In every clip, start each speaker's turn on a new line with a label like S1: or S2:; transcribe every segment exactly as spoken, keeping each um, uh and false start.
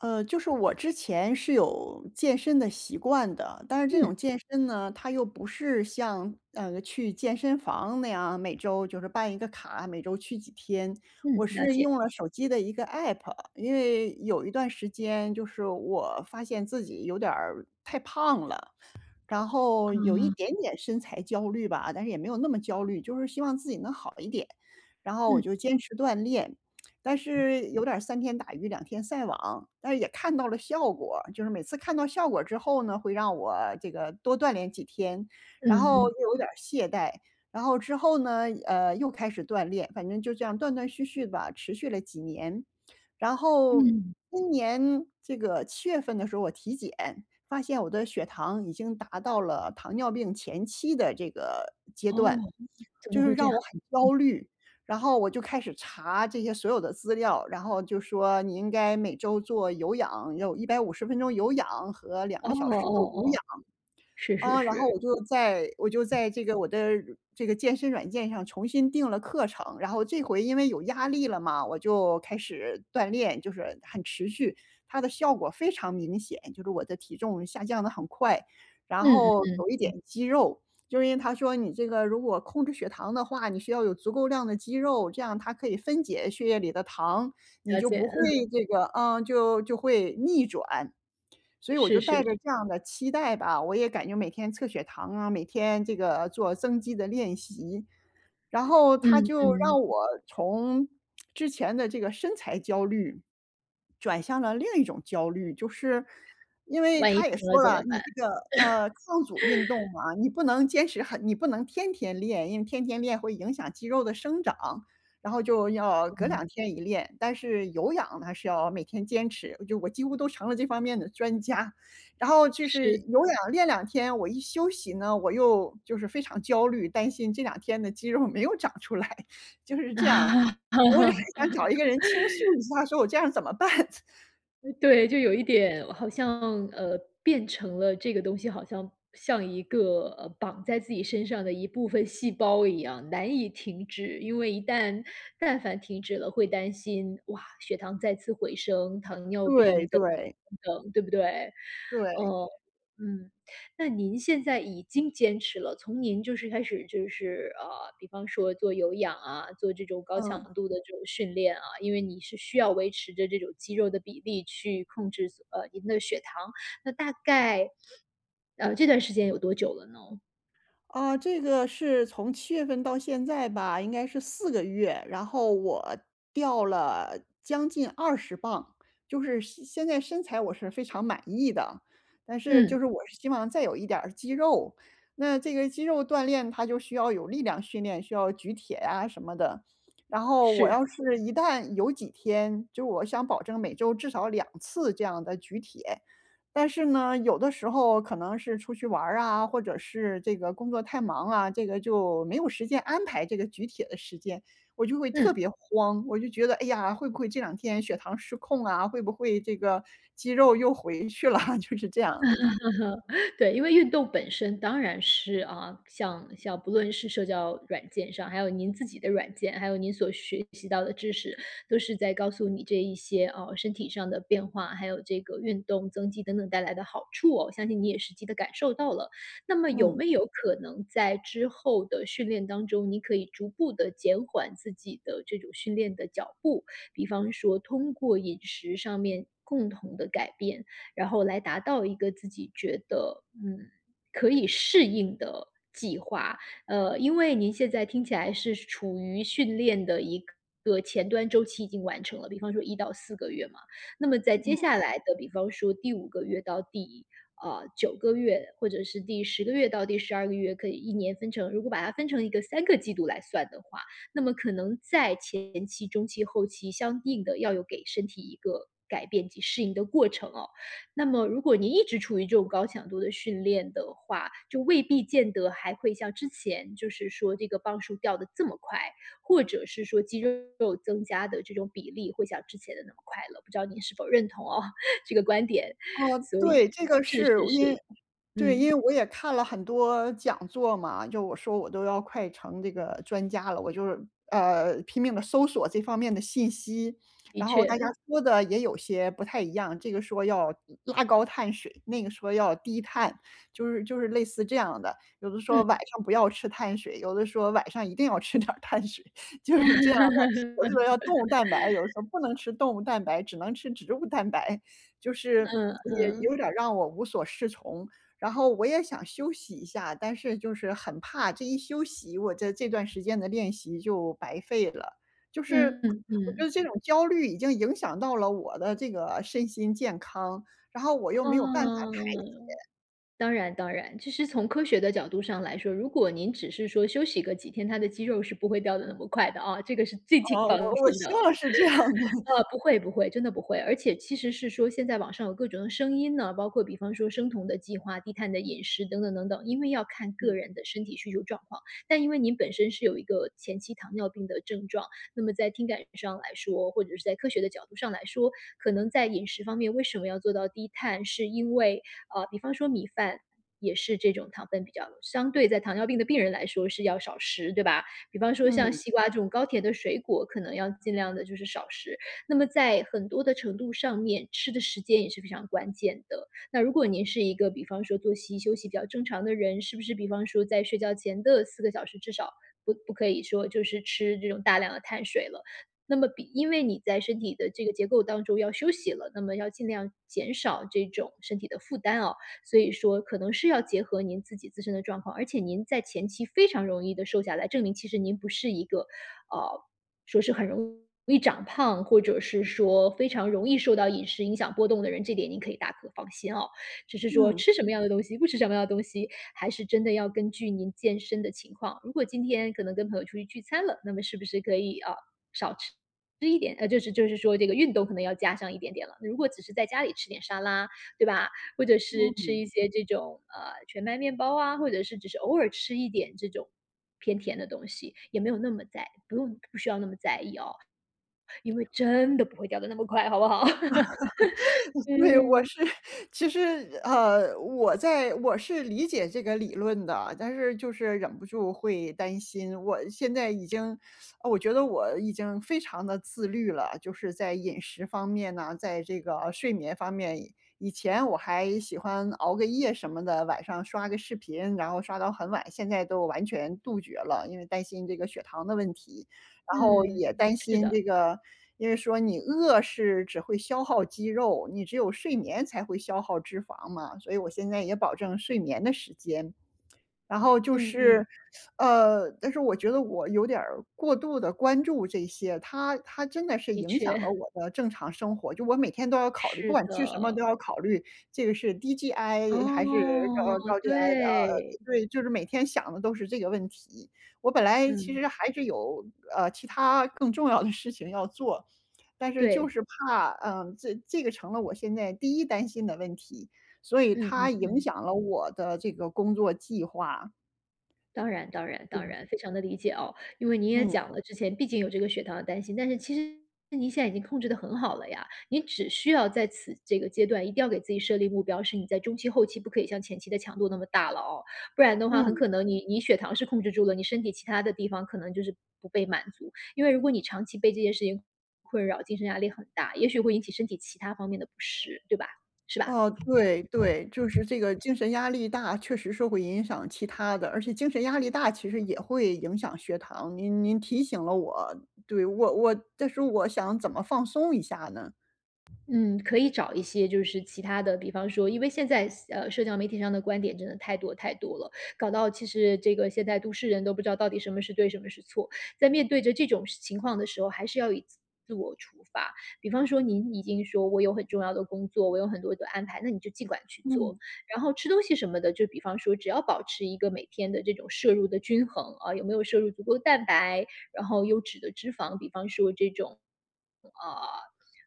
S1: 呃，就是我之前是有健身的习惯的，但是这种
S2: 嗯
S1: 健身呢，它又不是像呃去健身房那样每周就是办一个卡，每周去几天。我
S2: 嗯，了
S1: 是
S2: 解。
S1: 用了手机的一个 app，因为有一段时间就是我发现自己有点儿太胖了，然后
S2: 啊，
S1: 有一点点身材焦虑吧，但是也没有那么焦虑，就是希望自己能好一点。然后我
S2: 嗯
S1: 就坚持锻炼，但是有点儿三天打鱼两天晒网，但是也看到了效果。就是每次看到效果之后呢，会让我这个多锻炼几天，然
S2: 嗯
S1: 后
S2: 嗯。
S1: 又有点儿懈怠，然后之后呢，呃，又开始锻炼，反正就这样断断续续吧，持续了几年。然后
S2: 嗯，
S1: 今年这个七月份的时候，我体检发现我的血糖已经达到了糖尿病前期的这个阶
S2: 哦。
S1: 段，
S2: 怎
S1: 就
S2: 么
S1: 是
S2: 会这
S1: 让
S2: 样？
S1: 我很焦虑。然后我就开始查这些所有的资料，然后就说你应该每周做有氧，有一百五十分钟有氧和两
S2: 哦
S1: 个小时的
S2: 哦
S1: 无
S2: 哦，
S1: 氧。
S2: 是是
S1: 啊，然后
S2: 是，
S1: 我就在我就在这个我的这个健身软件上重新定了课程，然后这回因为有压力了嘛，我就开始锻炼，就是很持续，它的效果非常明显，就是我的体重下降的很快，然
S2: 嗯嗯，
S1: 后有一点肌肉，就是因为他说你这个如果控制血糖的话，你需要有足够量的肌肉，这样它可以分解血液里的糖，你
S2: 了
S1: 就
S2: 解，
S1: 不会
S2: 嗯，
S1: 这个，嗯，就就会逆转。所以我就
S2: 是是
S1: 带
S2: 是，
S1: 着这样的期待吧，我也感觉每天测血糖啊，每天这个做增肌的练习。然后他
S2: 嗯
S1: 就
S2: 嗯，
S1: 让我从之前的这个身材焦虑，转向了另一种焦虑，就是因为
S2: 万一
S1: 他也
S2: 停了
S1: 说
S2: 怎
S1: 了，
S2: 么
S1: 你
S2: 办？
S1: 这个呃抗阻运动嘛，你不能坚持很，你不能天天练，因为天天练会影响肌肉的生长。然后就要隔
S2: 嗯，
S1: 两天一练，但是有氧呢是要每天坚持，就我几乎都成了这方面的专家。然后就是
S2: 是
S1: 有氧练两天，我一休息呢，我又就是非常焦虑，担心这两天的肌肉没有长出来，就是 这样。我也很
S2: 啊。
S1: 想找一个人倾诉一下，说我这样怎么办？
S2: 对，就有一点好像，呃，变成了这个东西好像像一个，呃绑在自己身上的一部分细胞一样，难以停止。因为一旦但凡停止了，会担心，哇，血糖再次回升，糖尿
S1: 对
S2: 病等
S1: 对
S2: 等，对不对？
S1: 对，
S2: 哦，嗯。那您现在已经坚持了，从您就是开始就是，呃，比方说做有氧啊，做这种高
S1: 嗯。
S2: 强度的这种训练啊，因为你是需要维持着这种肌肉的比例去控制，呃，您的血糖，那大概，呃，这段时间有多久了呢？
S1: 啊，这个是从七月份到现在吧，应该是四个月，然后我掉了将近二十磅，就是现现在身材我是非常满意的，但是就
S2: 嗯，
S1: 是我是希望再有一点儿肌肉。那这个肌肉锻炼它就需要有力量训练，需要举铁呀什么的。然后我
S2: 是，
S1: 要是一旦有几天，就我想保证每周至少两次这样的举铁。但是呢，有的时候可能是出去玩儿啊，或者是这个工作太忙啊，这个就没有时间安排这个举铁的时间，我就会特
S2: 嗯。
S1: 别慌。我就觉得，哎呀，会不会这两天血糖失控啊？会不会这个肌肉又回去了？就是这样的。
S2: 对，因为运动本身当然是啊，像像不论是社交软件上，还有您自己的软件，还有您所学习到的知识，都是在告诉你这一些哦身体上的变化，还有这个运动增肌等等带来的好处哦。相信你也实际的感受到了。那么有
S1: 嗯，
S2: 没有可能在之后的训练当中，你可以逐步的减缓自己的这种训练的脚步？比方说通过饮食上面共同的改变，然后来达到一个自己觉得嗯可以适应的计划。呃，因为您现在听起来是处于训练的一个前端周期已经完成了，比方说一到四个月嘛，那么在接
S1: 嗯，
S2: 下来的，比方说第五个月到第呃九个月，或者是第十个月到第十二个月，可以一年分成，如果把它分成一个三个季度来算的话，那么可能在前期、中期、后期相应的要有给身体一个改变及适应的过程哦。那么如果你一直处于这种高强度的训练的话，就未必见得还会像之前，就是说这个磅数掉的这么快，或者是说肌肉增加的这种比例会像之前的那么快了。不知道您是否认同哦 这个观点。所
S1: 对，
S2: 以
S1: 这个
S2: 是
S1: 是
S2: 是是，
S1: 因为对，因
S2: 嗯，
S1: 为我也看了很多讲座嘛，就我说我都要快成这个专家了，我就是呃拼命的搜索这方面的信息，
S2: 的
S1: 然后大家
S2: 确，
S1: 说的也有些不太一样，这个说要拉高碳水，那个说要低碳，就是就是类似这样的，有的说
S2: 嗯
S1: 晚上不要吃碳水，有的说晚上一定要吃点儿碳水，就是这样的，有的说要 动物蛋白，有的说不能吃动物蛋白，只能吃植物蛋白，就是
S2: 嗯
S1: 也
S2: 嗯，
S1: 有点儿让我无所适从。然后我也想休息一下，但是就是很怕这一休息，我这这段时间的练习就白费了。就是
S2: 嗯
S1: 我觉
S2: 嗯，
S1: 得这种焦虑已经影响到了我的这个身心健康，然后我又没有办法
S2: 哦。
S1: 太
S2: 当然当然，其实从科学的角度上来说，如果您只是说休息个几天，他的肌肉是不会掉的那么快的啊，这个是最请
S1: 哦
S2: 放
S1: 我我
S2: 心
S1: 希
S2: 的。
S1: 望是这样的，
S2: 呃，不会不会，真的不会。而且其实是说现在网上有各种的声音呢，包括比方说生酮的计划、低碳的饮食等等等等，因为要看 个
S1: 嗯
S2: 人的身体需求状况。但因为您本身是有一个前期糖尿病的症状，那么在听感上来说，或者是在科学的角度上来说，可能在饮食方面为什么要做到低碳，是因为呃，比方说米饭。也是这种糖分比较相对在糖尿病的病人来说是要少食，对吧？比方说像
S1: 嗯
S2: 西瓜这种高甜的水果，可能要尽量的就是少食。那么在很多的程度上面，吃的时间也是非常关键的。那如果您是一个比方说作息休息比较正常的人，是不是比方说在睡觉前的四个小时至少不不可以说就是吃这种大量的碳水了。那么比因为你在身体的这个结构当中要休息了，那么要尽量减少这种身体的负担哦。所以说可能是要结合您自己自身的状况，而且您在前期非常容易的瘦下来，证明其实您不是一个，呃，说是很容易长胖，或者是说非常容易受到饮食影响波动的人，这点您可以大可放心哦。只是说
S1: 嗯。
S2: 吃什么样的东西，不吃什么样的东西，还是真的要根据您健身的情况。如果今天可能跟朋友出去聚餐了，那么是不是可以啊？吃一点，呃，就是就是说这个运动可能要加上一点点了。如果只是在家里吃点沙拉，对吧？或者是吃一些这种呃全麦面包啊，或者是只是偶尔吃一点这种偏甜的东西，也没有那么在，不用不需要那么在意哦。因为真的不会掉的那么快，好不好？
S1: 对，我
S2: 嗯，
S1: 是 其实，呃，我在我是理解这个理论的，但是就是忍不住会担心。我现在已经呃我觉得我已经非常的自律了，就是在饮食方面呢，在这个睡眠方面。以前我还喜欢熬个夜什么的，晚上刷个视频，然后刷到很晚，现在都完全杜绝了，因为担心这个血糖的问题。然后
S2: 嗯，
S1: 也担
S2: 是
S1: 心
S2: 的，
S1: 这个因为说你饿是只会消耗肌肉，你只有睡眠才会消耗脂肪嘛，所以我现在也保证睡眠的时间。然后就
S2: 嗯嗯，
S1: 是，呃，但是我觉得我有点儿过度的关注这些，它它真的是
S2: 的
S1: 影响了
S2: 确，
S1: 我的正常生活，就我每天都要考虑，不
S2: 是
S1: 管吃什么都
S2: 的。
S1: 要考虑，这个是低 G I 还
S2: 哦，
S1: 是高高 G I 的，
S2: 对，
S1: 呃，对，就是每天想的都是这个问题。我本来其
S2: 嗯，
S1: 实还是有，呃，其他更重要的事情要做，但是就
S2: 对，
S1: 是怕，嗯，这这个成了我现在第一担心的问题。所以
S2: 嗯
S1: 它
S2: 嗯
S1: 影
S2: 嗯。
S1: 响了我的这个工作计划。
S2: 当然当然
S1: 对。
S2: 当然，非常的理解哦。因为你也
S1: 嗯，
S2: 讲了之前毕竟有这个血糖的担心，但是其实你现在已经控制的很好了呀，你只需要在此这个阶段一定要给自己设立目标，是你在中期、后期不可以像前期的强度那么大了哦，不然的话很
S1: 嗯，
S2: 可能你你血糖是控制住了，你身体其他的地方可能就是不被满足。因为如果你长期被这件事情困扰，精神压力很大，也许会引起身体其他方面的不适，对吧？是吧？
S1: 哦，对对，就是这个精神压力大，确实是会影响其他的，而且精神压力大其实也会影响血糖，您您提醒了我，对，我我但是我想怎么放松一下呢？
S2: 嗯，可以找一些就是其他的，比方说，因为现在呃，社交媒体上的观点真的太多太多了，搞到其实这个现在都市人都不知道到底什么是对，什么是错。在面对着这种情况的时候，还是要以自自我出发。比方说，您已经说我有很重要的工作，我有很多的安排，那你就尽管去做。
S1: 嗯，
S2: 然后吃东西什么的，就比方说，只要保持一个每天的这种摄入的均衡啊，有没有摄入足够的蛋白，然后优质的脂肪，比方说这种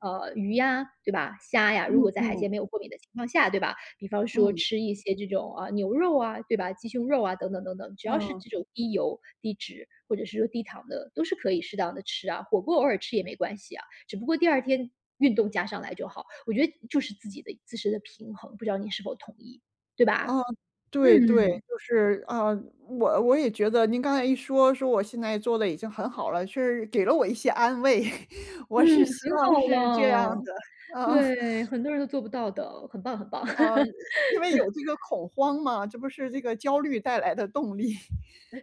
S2: 呃，鱼呀，对吧？虾呀，
S1: 嗯
S2: 如果在海
S1: 嗯，
S2: 鲜没有过敏的情况下，对吧？比方说
S1: 嗯，
S2: 吃一些这种，啊，呃牛肉啊，对吧？鸡胸肉啊，等等等等，只要是
S1: 嗯。
S2: 这种低油、低脂或者是说低糖的，都是可以适当的吃啊，火锅偶尔吃也没关系啊，只不过第二天运动加上来就好。我觉得就是自己的自身的平衡，不知道你是否同意，对吧？
S1: 嗯
S2: 嗯，
S1: 对对，就是啊，我我也觉得您刚才一说，说我现在做的已经很好了，确实给了我一些安慰，我
S2: 嗯，
S1: 是希
S2: 很
S1: 望
S2: 好
S1: 是这样
S2: 了，
S1: 的。嗯，
S2: 对，很多人都做不到的，很棒很棒。
S1: 嗯，因为有这个恐慌嘛，这不是这个焦虑带来的动力。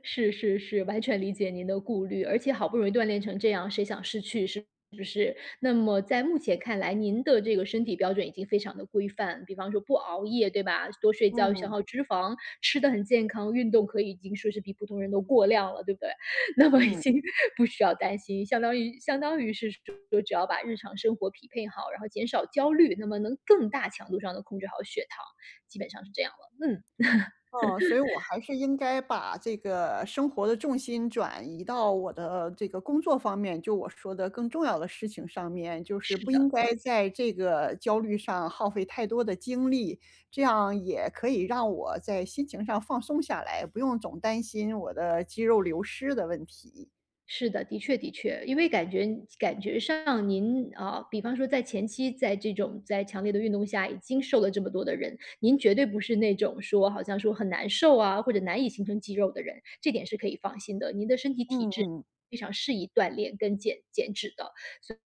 S2: 是是是，完全理解您的顾虑，而且好不容易锻炼成这样，谁想失去是不是？那么在目前看来，您的这个身体标准已经非常的规范，比方说不熬夜，对吧？多睡觉，消
S1: 嗯，
S2: 耗脂肪，吃的很健康，运动可以已经说是比普通人都过量了，对不对？那么已
S1: 嗯。
S2: 经不需要担心，相当于相当于是说，只要把日常生活匹配好，然后减少焦虑，那么能更大强度上的控制好血糖，基本上是这样了。嗯，
S1: 哦，所以我还是应该把这个生活的重心转移到我的这个工作方面，就我说的更重要的事情上面，就是
S2: 是
S1: 不应
S2: 的。
S1: 该在这个焦虑上耗费太多的精力，这样也可以让我在心情上放松下来，不用总担心我的肌肉流失的问题。
S2: 是的，的确的确，因为感觉感觉上您啊、比方说在前期，在这种在强烈的运动下，已经瘦了这么多的人，您绝对不是那种说好像说很难受啊，或者难以形成肌肉的人，这点是可以放心的。您的身体体
S1: 嗯
S2: 质
S1: 嗯。
S2: 非常适宜锻炼跟减减脂的，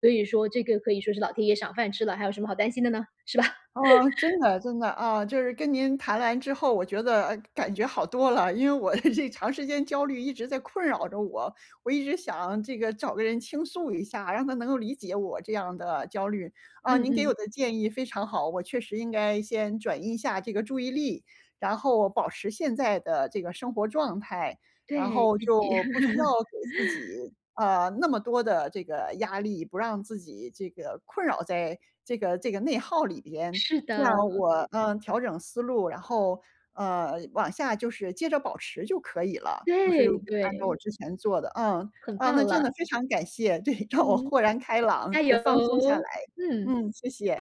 S2: 所以说这个可以说是老天爷赏饭吃了，还有什么好担心的呢？是吧？
S1: 啊，真的真的，啊，就是跟您谈完之后，我觉得，呃感觉好多了，因为我的这长时间焦虑一直在困扰着我，我一直想这个找个人倾诉一下，让他能够理解我这样的焦虑。啊，
S2: 嗯
S1: 您给
S2: 嗯，
S1: 我的建议非常好，我确实应该先转移一下这个注意力，然后保持现在的这个生活状态，然
S2: 对
S1: 后
S2: 自
S1: 就
S2: 己
S1: 不 需要给自己，啊，那么多的这个压力，不让自己这个困扰在这个这个内耗里边。
S2: 是
S1: 这
S2: 的，
S1: 样我，嗯，调整思路，然后，呃，往下就是接着保持就可以了，就是
S2: 对
S1: 按照我
S2: 对，
S1: 之前做的，嗯，
S2: 很
S1: 啊，那
S2: 棒
S1: 真
S2: 了，
S1: 的非常感谢，对，让我
S2: 嗯，
S1: 豁然开朗，
S2: 加
S1: 也放松下来。
S2: 油，嗯。
S1: 嗯，谢谢。